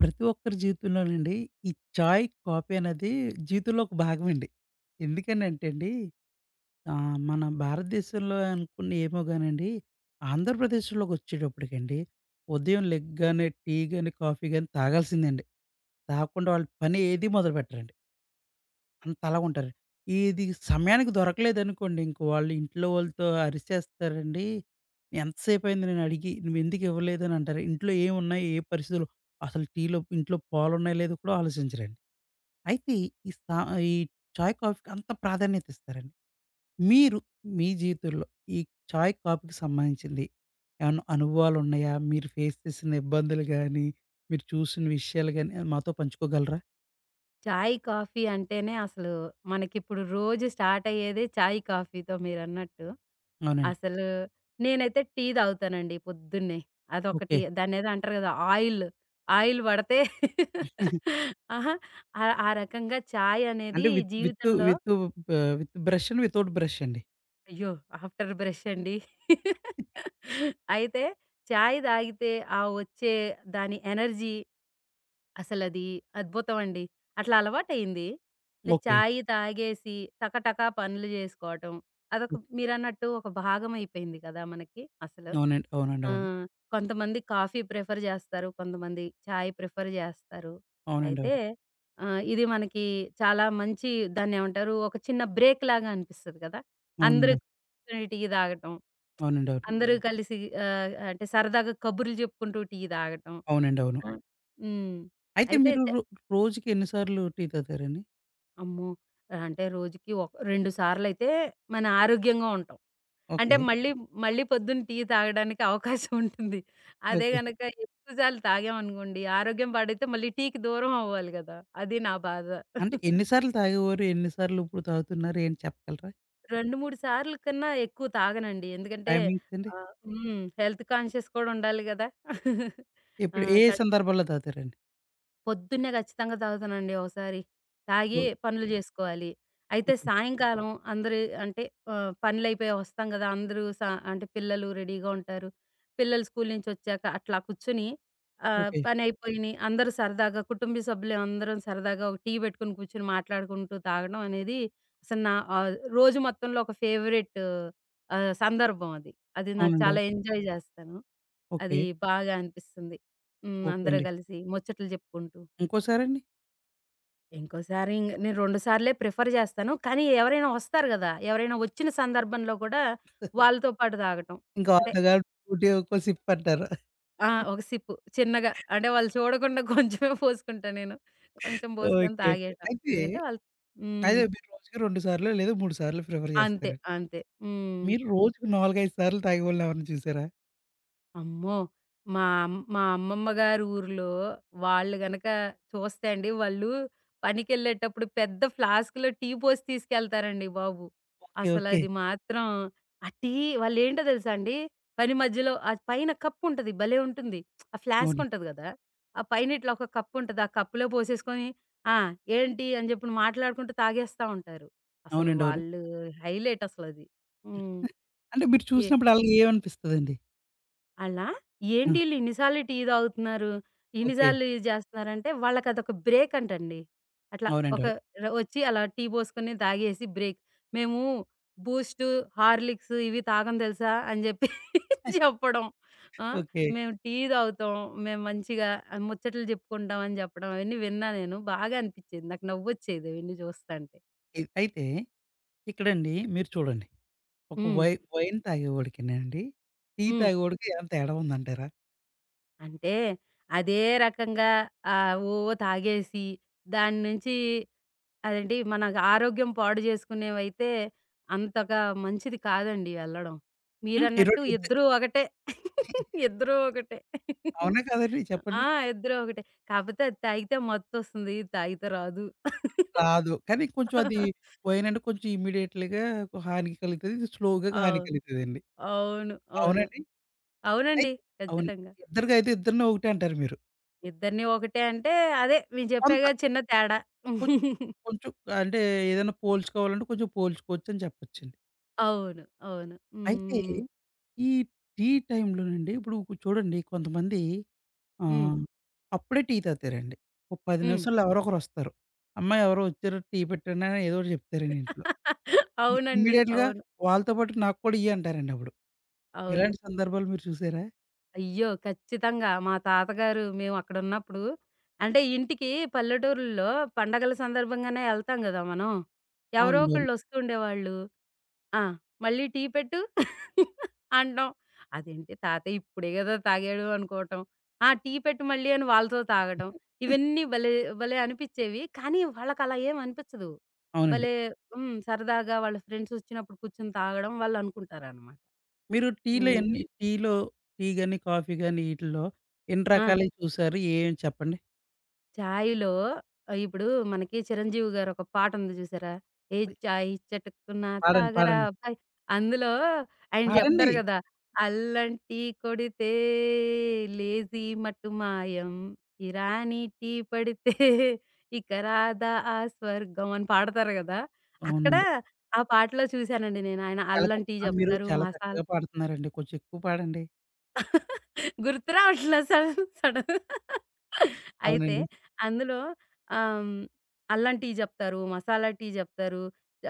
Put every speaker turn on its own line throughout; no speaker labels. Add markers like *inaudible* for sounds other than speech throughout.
ప్రతి ఒక్కరి జీవితంలోనండి ఈ చాయ్, కాఫీ అనేది జీవితంలో ఒక భాగమండి. ఎందుకనంటే అండి, మన భారతదేశంలో అనుకున్న ఏమో గానండి, ఆంధ్రప్రదేశ్‌లోకొచ్చేటప్పటికండి ఉదయం లెగ్గానే టీ గాని, కాఫీ గాని తాగాల్సిందండి. తాగకుండా వాళ్ళు పని ఏది మొదలుపెట్టరండి. అంతలాగుంటారు. ఇది సమయానికి దొరకలేదనుకోండి, ఇంక వాళ్ళు ఇంట్లో వాళ్ళతో అరిచేస్తారండి. ఎంతసేపయింది నేనడిగి, నువ్వెందుకివ్వలేదని అంటారు. ఇంట్లో ఏమున్నాయి, ఏ పరిస్థితులు, అసలు టీలో ఇంట్లో పాలున్నాయో లేదో కూడా ఆలోచించరండి. అయితే ఈ సా ఈ చాయ్, కాఫీకి అంత ప్రాధాన్యత ఇస్తారండి. మీరు మీ జీవితంలో ఈ చాయ్, కాఫీకి సంబంధించింది ఏమన్నా అనుభవాలున్నాయా? మీరు ఫేస్ చేసిన ఇబ్బందులు గానీ, మీరు చూసిన విషయాలు గానీ, ఏమైనా మాతో పంచుకోగలరా?
చాయ్, కాఫీ అంటేనే అసలు మనకిప్పుడు రోజు స్టార్ట్ అయ్యేదే చాయ్, కాఫీతో మీరన్నట్టు.
అవునండి.
అసలు నేనైతే టీ తాగుతానండి పొద్దున్నే. అదొకటి
ఓకే.
దాన్నేదో అంటారు కదా! ఆయిల్, ఆయిల్ పడితే *laughs* అహా! ఆ ఆ రకంగా చాయ్ అనేది
అంటే విత్ విత్
జీవితంలో
విత్ ఆహ్, విత్ బ్రష్ అండి, వితౌట్ బ్రష్ అండి.
అయ్యో! ఆఫ్టర్ బ్రష్ అండి. *laughs* అయితే చాయ్ తాగితే ఆ వచ్చే దాని ఎనర్జీ అసలది అద్భుతం అండి. అట్లా అలవాటయింది.
ఓకే.
చాయి తాగేసి టకటకా పనులు జేసుకోవటం. అదొక
ఓకే.
మీరన్నట్టు ఒక భాగమైపోయింది కదా! మనకి అసలు.
అవునండి. అవునండి.
ఆ!
అవును.
కొంతమంది కాఫీ ప్రిఫర్ జేస్తారు. కొంతమంది చాయ్ ప్రిఫర్ జేస్తారు.
అవునండి.
అయితే
అవును.
ఇది మనకి చాలా మంచి దాన్నేమంటారు? ఒక చిన్న బ్రేక్ లాగా అనిపిస్తది కదా! అందరూ
అవునండి. అవును.
కూర్చొని టీ తాగటం.
అవునండి. అవును.
అందరూ హ్మ్. కలిసి అంటే సరదాగా కబుర్లు జెప్పుకుంటూ టీ తాగటం.
అవునండి. అవును.
హ్మ్. హ్మ్.
అయితే
అయితే
మీరు
చ
రో రోజుకి ఎన్ని సార్లు టీ తాగుతారండి?
అమ్మో! అంటే రోజుకి ఒక 2 సార్లయితే మన ఆరోగ్యంగా ఉంటాం. అంటే
ఓకే.
మళ్ళీ, మళ్ళీ పొద్దున్న టీ తాగడానికి అవకాశం ఉంటుంది. అదే
ఓకే.
గనక ఎక్కువ సార్లు తాగామనుకోండి ఆరోగ్యం పాడైతే మళ్ళీ టీకి దూరం అవ్వాలి గదా! అది నా బాధ.
అంటే ఎన్ని సార్లు తాగేవారు? ఎన్ని సార్లు ఇప్పుడు తాగుతున్నారు? ఏంటి చెప్పగలరా?
2, 3 సార్ల కన్నా ఎక్కువ తాగనండి. ఎందుకంటే
టైమింగ్స్ అండి?
ఆహ్, హ్మ్. హెల్త్ కాన్షియస్ కూడా ఉండాలి గదా! ఆ!
ఎప్పుడు ఏ సందర్భాల్లో తాగుతారండి?
పొద్దున్నే ఖచ్చితంగా తాగుతానండి ఒకసారి.
ఓ
తాగి పనులు జేసుకోవాలి. అయితే
ఓకే.
సాయంకాలం అందరూ అంటే పనులయిపోయి వస్తాం గదా! అందరూ స అంటే పిల్లలు రెడీగా ఉంటారు. పిల్లలు స్కూలు నుంచొచ్చాక అట్లా కూర్చొని
ఓకే.
పనయిపోయినియి అందరూ సరదాగా కుటుంబ సభ్యులందరం సరదాగా ఒక టీ పెట్టుకొని కూర్చొని మాట్లాడుకుంటూ తాగడం అనేది అసలు నా రోజు మొత్తంలో ఒక ఫేవరెట్ సందర్భం అది. అది నాకు
అవునండి. అవును.
చాలా ఎంజాయ్ జేస్తాను.
ఓకే.
అది బాగా అనిపిస్తుంది. హ్మ్.
ఓకే
అందరూ
అండి.
గలిసి ముచ్చట్లు జెప్పుకుంటూ.
ఇంకోసారండి?
ఇంకోసారి ఇంగ నేను 2 సార్లే ప్రిఫర్ చేస్తాను. కానీ ఎవరైనా వస్తారు గదా! ఎవరైనా వచ్చిన సందర్భంలో కూడా వాళ్ళతో పాటు తాగటం.
ఇంక
అంటే
వాళ్ళతో కలిపి ఊటీ ఒక్కో సిప్ అంటారు.
ఆ! ఒక సిప్పు చిన్నగా అంటే వాళ్ళు చూడకుండా *laughs* కొంచెమే పోసుకుంటా నేను. కొంచెం పోసుకొని
ఓకే. ఓకే.
తాగేయటం.
అయితే
ఎందుకంటే వాళ్ళు హ్మ్.
అదే మీరు రోజుకి 2 సార్లో లేదా 3 సార్లు ప్రిఫర్
అంతే.
చేస్తారండి.
అంతే. హ్మ్.
మీరు రోజుకి 4, 5 సార్లు తాగేవాళ్ళని ఎవరైనా చూసారా?
అమ్మో! మా అమ్మమ్మ గారి ఊర్లో వాళ్ళు గనక చూస్తే అండి, వాళ్ళు పనికెళ్ళేటప్పుడు పెద్ద ఫ్లాస్క్‌లో టీ పోసి తీసుకెళ్తారండి బాబు.
ఓకే. ఓకే.
అసలది మాత్రం ఆ టీ వాళ్ళేంటో తెలుసా అండి, పని మధ్యలో ఆ పైన కప్పుంటది భలే ఉంటుంది. ఆ ఫ్లాస్క్
అవును.
ఉంటది గదా! ఆ పైన ఇట్లా ఒక కప్పుంటది. ఆ కప్పులో పోసేసుకొని, ఆ! ఏంటి అని జెప్పి మాట్లాడుకుంటూ తాగేస్తా ఉంటారు. అసలు
అవునండి. అవును.
వాళ్ళు హైలైట్ అసలది. హ్మ్.
అంటే మీరు
ఎ
చూసినప్పుడు ఆళ్ళకి ఏమనిపిస్తదండి?
అలా
ఆ!
ఏంటి ఈళ్ళు ఇన్ని సార్లు టీ తాగుతున్నారు. ఇన్ని
ఓకే.
సార్లు ఇది చేస్తున్నారంటే వాళ్ళకదొక బ్రేక్ అంటండి. అట్లా
అవునండి.
ఒక
అవును.
ర వచ్చి అలా టీ పోసుకొని తాగేసి బ్రేక్. మేము బూస్టు, హార్లిక్స్ ఇవి తాగం తెలుసా అని చెప్పి *laughs* చెప్పడం. ఆ!
ఓకే.
మేము టీ తాగుతాం. మేము మంచిగా ముచ్చట్లు చెప్పుకుంటాం అని చెప్పడం అవన్నీ విన్నా నేను. బాగా అనిపిచ్చేది. నాకు నవ్వొచ్చేది అవన్నీ చూస్తంటే.
అయితే ఇక్కడండి మీరు చూడండి. ఒక
హ్మ్.
వైన్ తాగేవాడికినండి, టీ
హ్మ్.
తాగేవాడికి ఏమైనా తేడా ఉందంటారా?
అంటే అదే రకంగా ఆహ్, ఓ తాగేసి దాని నుంచి అదేంటి మన ఆరోగ్యం పాడు చేసుకునేవైతే అంతగా మంచిది కాదండి వెళ్ళడం.
హ్మ్. ఈ రో
మీరన్నట్టు
ఇద్ద
ఇద్దరూ ఒకటే. *laughs*
*laughs*
ఇద్దరూ ఒకటే.
అవునా కాదండి?
ఆ!
చెప్పండి.
ఇద్దరూ ఒకటే. కాపోతే అది తాగితే మత్తొస్తుంది. ఇది తాగితే రాదు.
రాదు. కానీ కొంచెం అది వైన్ అంటే కొంచెం ఇమ్మీడియేట్‌లీగా హాని కలుగుతది. ఇది స్లోగా హాని
అవును.
కలుగుతదండి.
అవును. అవును.
అవునండి? అయి
అవునండి.
అవును.
ఖచ్చితంగా.
ఇద్దరికి అయితే ఇద్దరిని ఒకటే అంటారు మీరు.
ఇద్దరిని ఒకటే అంటే అదే నేను
కొంత.
చెప్పాగా చిన్న తేడా.
కొంచెం,
*laughs*
కొంచెం అంటే ఏదైనా పోల్చుకోవాలంటే కొంచెం పోల్చుకోవచ్చని చెప్పొచ్చండి.
అవును. అవును.
అయితే
హ్మ్.
ఈ టీ టైమ్‌లోనండి ఇప్పుడు చూడండి కొంతమంది
హ్మ్.
ఆహ్, అప్పుడే టీ తాగుతారండి. ఒక 10
హ్మ్.
నిమిషాల్లో ఎవరో ఒకరొస్తారు. "అమ్మ ఎవరో వచ్చారు టీ పెట్టండి" అని ఏదో ఒకటి చెప్తారండి ఇంట్లో.
అవునండి.
ఇమ్మీడియేట్‌గా
అవును.
వాళ్ళతో పాటు నాకు కూడా ఇయ్యి అంటారండి అప్పుడు.
అవును.
ఇలాంటి సందర్భాలు మీరు చూసారా?
అయ్యో! ఖచ్చితంగా. మా తాతగారు మేమక్కడున్నప్పుడు అంటే ఇంటికి పల్లెటూరుల్లో పండగల సందర్భంగానే ఎళ్తాం గదా మనం. ఎవరో
అవునండి. అవును.
ఒకళ్ళొస్తూ ఉండేవాళ్ళు. ఆ! మళ్ళీ టీ పెట్టు *laughs* అనడం. అదేంటి తాతయ్య ఇప్పుడే గదా తాగాడు అనుకోవటం. ఆ! టీ పెట్టు మళ్ళీ అని వాళ్ళతో తాగటం.
*laughs*
ఇవన్నీ భలే భలే అనిపిచ్చేవి. కానీ వాళ్ళకలా ఏం అనిపిచ్చదు.
అవునండి.
భలే హ్మ్. సరదాగా వాళ్ళ ఫ్రెండ్సొచ్చినప్పుడు కూర్చొని తాగడం వాళ్ళనుకుంటారనమాట.
మీరు టీలో
హ్మ్.
ఎన్ని టీలో టీ గాని, కాఫీ గాని ఈటిల్లో ఎన్ని
ఆ!
రకాలయి చూసారు? ఏం చెప్పండి?
చాయ్‌లో ఇప్పుడు మనకి 'చిరంజీవి' గారు ఒక పాటుంది చూసారా? ఏ
ఓయ్!
చాయ్ చటుక్కున
పాడండి.
తాగరా
పాడండి.
అబ్బాయ్ అందులో ఆయన
పాడండి.
జెప్తారు గదా! అల్లం టీ కొడితే లేజీ మట్టు మాయం. ఇరానీ టీ పడితే ఇక రాదా ఆ స్వర్గం అని పాడతారు గదా! అక్కడ
అవునండి.
ఆ పాటలో చూసానండి నేను. ఆయన
చాలా
అల్లం
చక్క
టీ
ఆ! మీరు
జెప్తారు.
చాలా
మసాలా
చక్కగా పాడుతున్నారండి. కొంచెం ఎక్కువ పాడండి.
గుర్తు రావట్లే సడన్ సడన్. అయితే
అవునండి.
అందులో ఆహ్, అల్లం టీ జెప్తారు. మసాలా టీ జెప్తారు.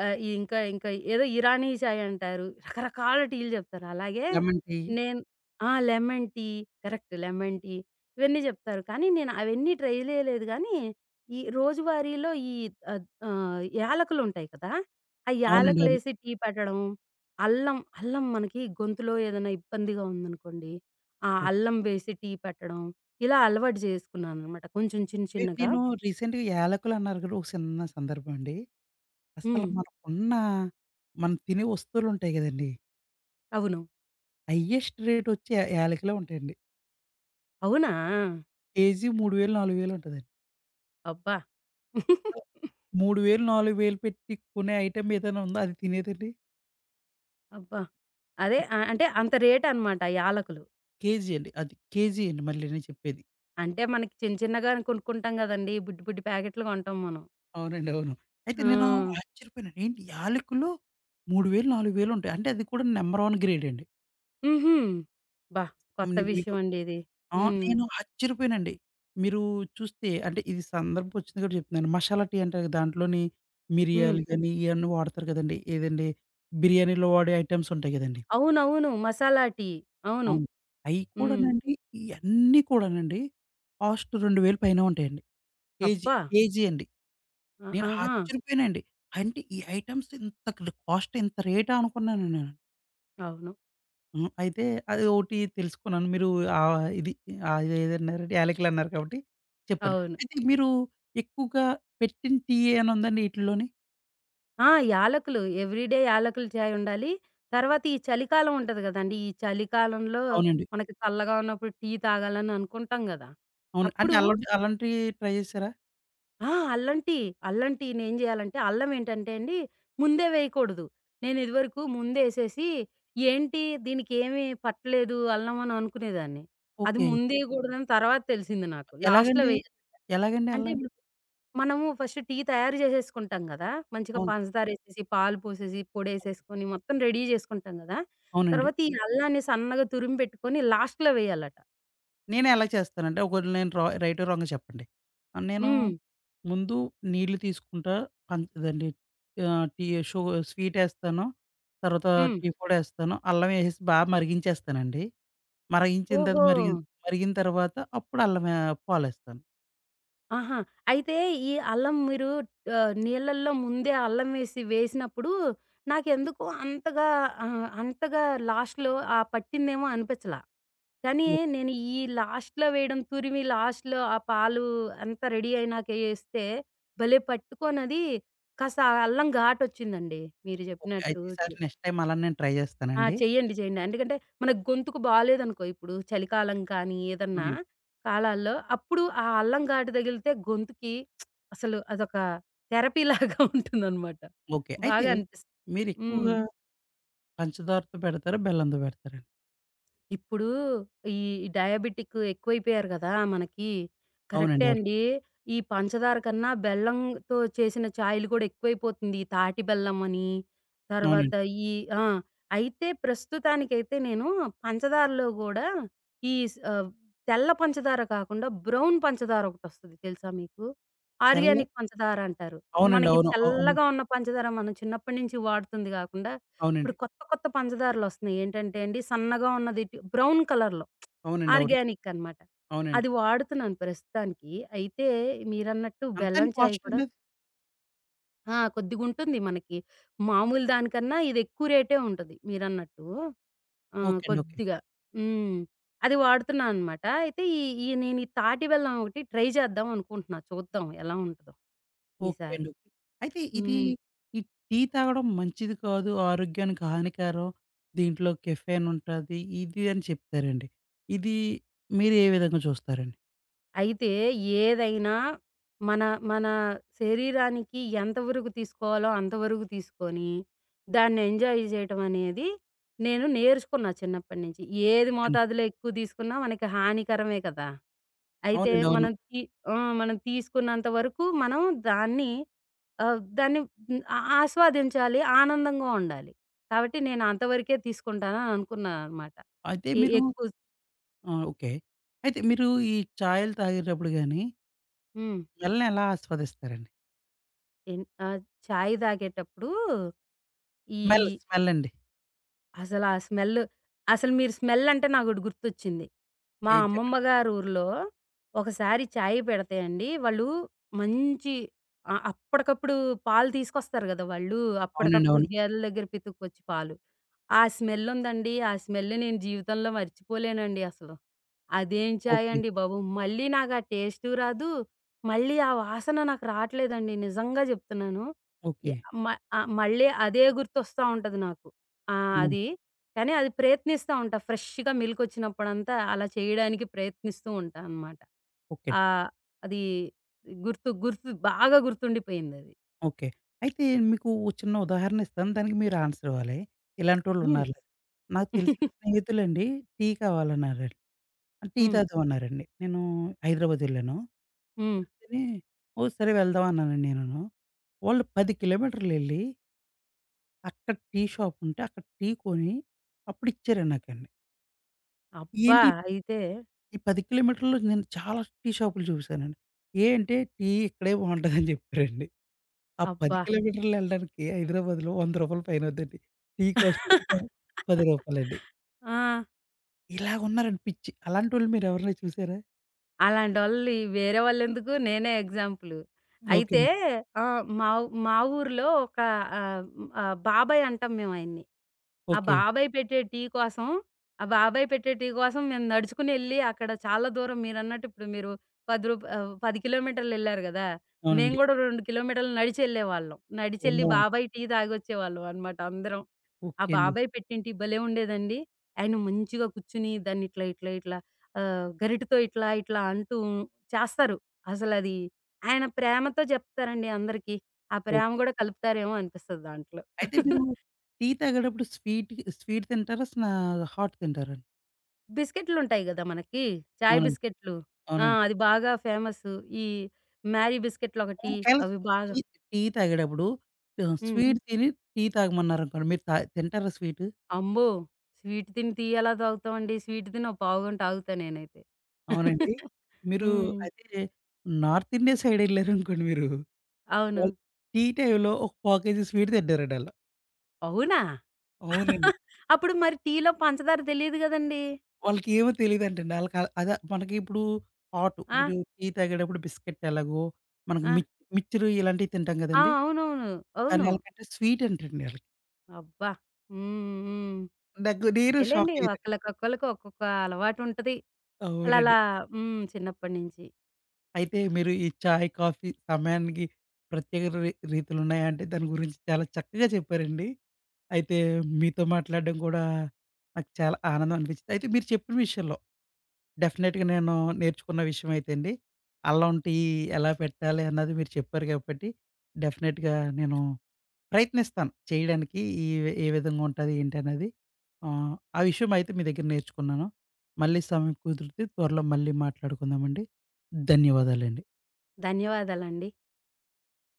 ఇంకా ఇంకా ఏదో ఇరానీ చాయ్ అంటారు. రకరకాల టీలు జెప్తారు. అలాగే
లెమన్ టీ.
నేను ఆ! Lemon tea correct. Lemon tea ఇవన్నీ జెప్తారు. కానీ నేను అవన్నీ ట్రై చేయలేదు గానీ, ఈ రోజువారీలో యాలకులుంటాయి కదా! ఆ
అవునండి. అవును.
యాలకులేసి టీ పెట్టడం. అల్లం, అల్లం మనకి గొంతులో ఏదైనా ఇబ్బందిగా ఉందనుకోండి ఆ!
ఓకే.
అల్లం వేసి టీ పెట్టడం. ఇలా అలవాటు చేసుకున్నాననమాట. కొంచెం చిన్న
మీరు
చిన్నగా.
నేను రీసెంట్‌గా యాలకులు అన్నారు కదా! ఒక సిన్న సందర్భం అండి. అసలు
హ్మ్.
మనకున్న మనం తినే వస్తువులు ఉంటాయి కదండీ!
అవును.
హైయెస్ట్ రేట్ వచ్చి యాలకులే ఉంటాయండి.
అవునా?
కేజీ 3,000, 4,000 ఉంటదండి.
అబ్బా!
3,000, 4,000 పెట్టి కొనే ఐటెమ్ ఏదైనా ఉందా? అది తినేదండి?
అబ్బా! అదే అంటే అంత రేటనమాట యాలకులు.
కేజీ అండి. అది కేజీ అండి మళ్ళీ నేను చెప్పేది.
అంటే మనకి చిన్న చిన్నగా కొనుక్కుంటాం గదండీ! బుడ్డి బుడ్డి ప్యాకెట్లు కొంటాం మనం.
అవునండి. అవును. అయితే
ఆ!
నేను ఆశ్చర్యపోయాను. ఏంటి యాలకులు 3,000, 4,000 ఉంటాయి. అంటే అది కూడా నంబర్ 1 గ్రేడ్ అండి.
హుహు. అబ్బా! కొత్త
ని మీకు
విషయం అండి ఇది.
ఆ!
హ్మ్.
నేను ఆశ్చర్యపోయానండి. మీరు చూస్తే అంటే ఇది సందర్భం వచ్చింది కాబట్టి చెప్తున్నాను. మసాలా టీ అంటారు కదా! దాంట్లోని
హ్మ్.
మిరియాలు గాని, ఇయన్నీ వాడతారు కదండీ. ఏదండి బిర్యానీలో వాడే ఐటెమ్స్ ఉంటాయి కదండీ.
అవునవును. మసాలా టీ. అవును.
అవును. అయి
హ్మ్.
కూడానండి, ఇయన్నీ కూడానండి, కాస్ట్ 2,000 పైనే ఉంటాయండి. కేజీ,
అబ్బా!
కేజీ అండి.
ఆ!
నేను
ఆహా!
ఆశ్చర్యపోయానండి. అంటే ఈ ఐటెమ్స్ ఇంత క్ కాస్ట్ ఇంత రేటా అనుకున్నాను నేను.
అవును.
హ్మ్. అయితే అది ఒకటి తెలుసుకున్నాను. మీరు ఆహ్, ఇది ఇదేదన్నారండి యాలకులన్నారు కాబట్టి చెప్పాను.
అవును.
అయితే మీరు ఎక్కువగా పెట్టిన టీ ఏమైనా ఉందండి ఈటిల్లోని?
ఆ! యాలకులు. ఎవ్రీడే యాలకుల చాయ్ ఉండాలి. తర్వాత ఈ చలికాలం ఉంటది గదండీ! ఈ చలికాలంలో
అవునండి.
మనకి చల్లగా ఉన్నప్పుడు టీ తాగాలని అనుకుంటాం గదా!
అవును. అంటే
అప్పుడు
అలాంటి అలాంటివి ట్రై చేసారా?
ఆ! అల్లం టీ. అల్లం టీ నేం జేయాలంటే అల్లం ఏంటంటే అండి, ముందే వేయకూడదు. నేనిదివరకు ముందేసేసి, ఏంటి దీనికేమీ పట్టలేదు అల్లం అని అనుకునేదాన్ని. అది
ఓకే.
ముందేయకూడదని తర్వాత తెలిసింది నాకు. లాస్ట్‌లో
ఎలాగండి?
వేయాలి.
ఎలాగండి
అంటే
అలా?
మనము ఫస్ట్ టీ తయారు జేసేసుకుంటాం గదా! మంచిగా
అవును.
పంచదారేసేసి, పాలు పోసేసి,
ఓకే.
పొడేసేసుకొని మొత్తం రెడీ జేసుకుంటాం గదా!
అవునండి.
తర్వాత ఈ అల్లాన్ని సన్నగా తురిమి పెట్టుకొని లాస్ట్‌లో వేయాలట.
నేను ఎలా చేస్తానంటే ఒకవేళ నేను రైటో రాంగో చెప్పండి. నేను
హ్మ్.
ముందు నీళ్లు తీసుకుంటా. పం ఇదండి ఆహ్, టీ షు స్వీట్ ఏస్తాను. తర్వాత
హ్మ్.
టీ పొడేస్తాను. అల్లం ఏసేసి మరిగించేస్తానండి. మరిగించిన తర్వాత
ఓహో!
మరి మరిగిన తర్వాత అప్పుడు పాలేస్తాను.
ఆహా! అయితే ఈ అల్లం మీరు నీళ్ళల్లో ముందే అల్లం వేసినప్పుడు నాకెందుకో అంతగా లాస్ట్‌లో ఆ పట్టిందేమో అనిపించలా. కానీ
ఓకే.
నేను ఈ లాస్ట్‌లో వేయడం తురిమి లాస్ట్‌లో ఆ పాలు అంతా రెడీ అయినాక ఏస్తే భలే పట్టుకోనది కాస్త ఆ అల్లం ఘాటొచ్చిందండి. మీరు
ఓకే.
చెప్పినట్టు.
అయితే ఈసారి నెక్స్ట్ టైమ్ అలా నేను ట్రై
ఆ!
చేస్తానండి.
చెయ్యండి. చెయ్యండి. ఎందుకంటే, మన గొంతుకు బాలేదనుకో ఇప్పుడు చలికాలం కానీ, ఏదన్నా
అవునండి.
కాలాల్లో అప్పుడు ఆ అల్లం ఘాటు తగిలితే గొంతుకి అసలు అదొక థెరపీలాగా ఉంటుందనమాట.
ఓకే.
*laughs*
అయితే
బాగా అనిపిస్తుంది. హ్మ్.
మీరెక్కువగా పంచదారతో పెడతారా? బెల్లంతో పెడతారండి?
ఇప్పుడు ఈ డయాబెటిక్ ఎక్కువైపోయారు గదా! మనకి. కరెక్టే
అవునండి. అవును.
అండి. ఈ పంచదార కన్నా బెల్లంతో చేసిన చాయలు గూడా ఎక్కువైపోతుంది. ఈ తాటి బెల్లం అని, తర్వాత
అవునండి.
ఈ ఆ! అయితే ప్రస్తుతానికైతే నేను పంచదారలో గూడా ఈ స్ ఆహ్, తెల్ల పంచదార కాకుండా బ్రౌన్ పంచదార ఒకటొస్తది తెలుసా మీకు?
తెల్ల
ఆర్గానిక్ పంచదార అంటారు.
అవునండి.
మనకి
అవును. అవును.
తెల్లగా ఉన్న పంచదార మనం చిన్నప్పటి నుంచి వాడుతుంది గాకుండా ఇప్పుడు
అవునండి.
కొత్త కొత్త పంచదారలొస్తున్నాయి. ఏంటంటే అండి, సన్నగా ఉన్నది బ్రౌన్ కలర్‌లో
అవునండి. అవును.
ఆర్గానిక్ అనమాట.
అవునండి.
అది వాడుతున్నాను ప్రస్తుతానికి. అయితే మీరన్నట్టు బెల్లం
అంతానికి
చాయ్
కాస్ట్
కూడా
అండి అది?
ఆ! కొద్దిగుంటుంది మనకి. మామూలు దానికన్నా ఇది ఎక్కువ రేటే ఉంటది మీరన్నట్టు. ఆ!
ఓకే అండి. ఓకే.
కొద్దిగా. హ్మ్. అది వాడుతున్నా అనమాట. అయితే ఈ ఈ నేను ఈ తాటి బెల్లం ఒకటి ట్రై చేద్దాం అనుకుంటున్నా. చూద్దాం ఎలా ఉంటదో
ఓకే
ఈసారి.
అండి. ఓకే. అయితే ఇది
హ్మ్.
ఈ టీ తాగడం మంచిది కాదు, ఆరోగ్యానికి హానికరం, దీంట్లో కెఫెన్ ఉంటది, ఇది అని చెప్తారండి. ఇది మీరు ఏ విధంగా చూస్తారండి?
అయితే ఏదైనా మన మన శరీరానికి ఎంతవరకు తీసుకోవాలో అంతవరకు తీసుకొని, దాన్ని ఎంజాయ్ జేయటం అనేది నేను నేర్చుకున్నా చిన్నప్పటి నుంచి. ఏది
ఓకేనండి.
మోతాదులో ఎక్కువ తీసుకున్నా మనకి హానికరమే కదా! అయితే
అవునండి. అవును.
మనం తి ఆ! మనం తీసుకున్నంత వరకు మనం దాన్ని దాన్ని హ్మ్, ఆ ఆస్వాదించాలి, ఆనందంగా ఉండాలి. కాబట్టి నేను అంతవరకే తీసుకుంటానని అనుకున్నాననమాట.
అయితే
ఎ
మీరు
ఎక్కువ
ఆ! ఓకే. అయితే మీరు ఈ చాయలు తాగేటప్పుడు గాని
హ్మ్.
స్మెల్‌ని ఎలా ఆస్వాదిస్తారండి?
ఎన్ ఆహ్, చాయ్ తాగేటప్పుడు ఈ
స్మెల్, స్మెల్ అండి.
అసల ఆ స్మెల్ అసలు మీరు స్మెల్ అంటే నాకోటి గుర్తొచ్చింది. మా
ఏది
అమ్మమ్మ
చెప్పండి?
గారి ఊర్లో ఒకసారి చాయ్ పెడితే అండి, వాళ్ళు మంచి అప్పటికప్పుడు పాలు తీసుకొస్తారు గదా! వాళ్ళు.
అవునండి.
అప్పటికప్పుడు
అవును.
గేదెల దగ్గర పితుక్కొచ్చి పాలు. ఆ స్మెల్ ఉందండి. ఆ స్మెల్ నేను జీవితంలో మర్చిపోలేనండి అసలు. అదేం చాయ్
ఓకే.
అండి బాబు! మళ్ళీ నాకు ఆ టేస్టు రాదు. మళ్ళీ ఆ వాసన నాకు రాట్లేదండి. నిజంగా జెప్తున్నాను. య
ఓకే.
మ మళ్ళీ అదే గుర్తొస్తా ఉంటది నాకు. ఆ!
హ్మ్.
అది. కానీ అది ప్రయత్నిస్తా ఉంటా. ఫ్రెష్‌గా మిల్కొచ్చినప్పుడంతా అలా చేయడానికి ప్రయత్నిస్తూ ఉంటా అనమాట.
ఓకే.
ఆహ్, అది గుర్తు గుర్తు బాగా గుర్తుండిపోయిందది.
ఓకే. అయితే మీకు ఓ చిన్న ఉదాహరణ ఇస్తాను. దానికి మీరు ఆన్సర్ ఇవ్వాలి.
హ్మ్.
ఇలాంటోళ్ళున్నారు. నాకు తెలిసిన
*laughs*
స్నేహితులండి టీ కావాలన్నారండి. టీ
హ్మ్.
తాగుదామన్నారండి. నేను హైదరాబాద్ వెళ్ళాను.
హ్మ్.
వెళ్తేనే ఓ సరే వెళ్దాం అన్నానండి నేనును. వాళ్ళు 10 కిలోమీటర్లెళ్లి అక్కడ టీ షాప్ ఉంటే అక్కడ టీ కొని అప్పుడు ఇచ్చారండి నాకండి.
అబ్బా!
ఏంటి
అయితే
ఈ 10 కిలోమీటర్‌లో నేను చాలా టీ షాపులు చూసానండి. ఏ అంటే టీ ఇక్కడే బావుంటదని చెప్పారండి. ఆ 10
అబ్బా!
కిలోమీటర్లు వెళ్ళడానికి హైదరాబాద్‌లో రూ. 100 పైనవుద్దండి. టీ కాస్ట్ వచ్చి రూ. 10
ఆ!
ఇలాగున్నారండి పిచ్చి. అలాంటోళ్ళు మీరెవరైనా చూసారా?
అలాంటోళ్ళి వేరే వాళ్ళెందుకు నేనే ఎగ్జాంపులు.
ఓకే
అయితే
అండి.
ఆ! మా మా ఊర్లో ఒక ఆహ్, ఆహ్, బాబాయ్ అంటాం మేము ఆయన్ని. ఆ
ఓకే.
బాబాయ్ పెట్టే టీ కోసం ఆ బాబాయ్ పెట్టే టీ కోసం మేము నడుచుకుని ఎళ్లి అక్కడ చాలా దూరం మీరన్నట్టు ఇప్పుడు మీరు 10 కిలోమీటర్లు ఎళ్లారు గదా! మేము
అవునండి.
గూడా 2 కిలోమీటర్లు నడిచెళ్ళేవాళ్ళం. నడిచెళ్ళి
అమ్మో!
బాబాయ్ టీ తాగొచ్చేవాళ్ళం అన్నమాట అందరం. ఆ
ఓకే అండి.
బాబాయ్ పెట్టిన టీ భలే ఉండేదండి. ఆయన మంచిగా కూర్చొని దాన్ని ఇట్లా, ఇట్లా, ఇట్లా గరిటెతో ఇట్లా, ఇట్లా అంటూ చేస్తారు. అసలది ఆయన ప్రేమతో జెప్తారండి అందరికి. ఆ ప్రేమ
ఓకే.
గూడా కలుపుతారేమో అనిపిస్తది దాంట్లో.
అయితే మీరు టీ తాగేటప్పుడు స్వీట్ స్వీట్ తింటారా? హాట్ తింటారా?
బిస్కెట్లుంటాయి గదా! మనకి. చాయ్
అవునండి.
బిస్కెట్లు. ఆ!
అవునండి.
అది బాగా ఫేమస్సు. ఈ మ్యారీ బిస్కెట్లొకటి
ఒకవేళ
అవి బాగా
టీ టీ తాగేటప్పుడు
హ్మ్.
స్వీట్ తిని టీ తాగమన్నారనుకోండి మీరు తింటారా స్వీటు?
అమ్మో! స్వీట్ తిని టీ ఎలా తాగుతామండి? స్వీట్ తిని ఓ పావుగంట ఆగుతా నేనైతే.
అవునండి. మీరు
హ్మ్.
అయితే నార్త్ ఇండియా సైడ్ ఎళ్లారనుకోండి మీరు.
అవును.
వాళ్ళు టీ టైమ్‌లో ఒక పావు కేజీ స్వీట్ తింటారండి ఆళ్ళు.
అవునా?
అవునండి.
అప్పుడు మరి టీలో పంచదార తెలీదు గదండీ!
వాళ్ళకేమో తెలీదంటండి. ఆళ్ళకి అదే మనకి ఇప్పుడు హాట్
ఆ!
ఇప్పుడు టీ తాగేటప్పుడు బిస్కెట్ ఎలాగో మనకు
ఆ!
మిక్చర్ ఇలాంటివి తింటాం
ఆ!
కదండీ!
అవునవును.
కానీ
అవును.
ఆళ్ళకంటే స్వీట్ అంటండి ఆళ్ళకి.
అబ్బా! హ్మ్. హ్మ్.
నాకు నేను షాక్
అదేలెండి.
అయ్యానండి.
ఒకళ్ళకొకళ్ళకి ఒక్కొక్క అలవాటుంటది. అలా
అవునండి.
అలా హ్మ్. చిన్నప్పటి నుంచి.
అయితే మీరు ఈ చాయ్, కాఫీ సమయానికి ప్రత్యేక రీతులున్నాయా అంటే దాని గురించి చాలా చక్కగా చెప్పారండి. అయితే మీతో మాట్లాడడం కూడా నాకు చాలా ఆనందం అనిపించింది. అయితే మీరు చెప్పిన విషయంలో డెఫినెట్‌గా నేను నేర్చుకున్న విషయం అయితే అండి, అల్లం టీ ఎలా పెట్టాలి అన్నది మీరు చెప్పారు కాబట్టి, డెఫినెట్‌గా నేను ప్రయత్నిస్తాను చేయడానికి. ఈ ఏ విధంగా ఉంటది ఏంటి అనేది. ఆ విషయం అయితే మీ దగ్గర నేర్చుకున్నాను. మళ్ళీ సమయం కుదిరితే త్వరలో మళ్ళీ మాట్లాడుకుందామండి. ధన్యవాదాలండి.
ధన్యవాదాలండి.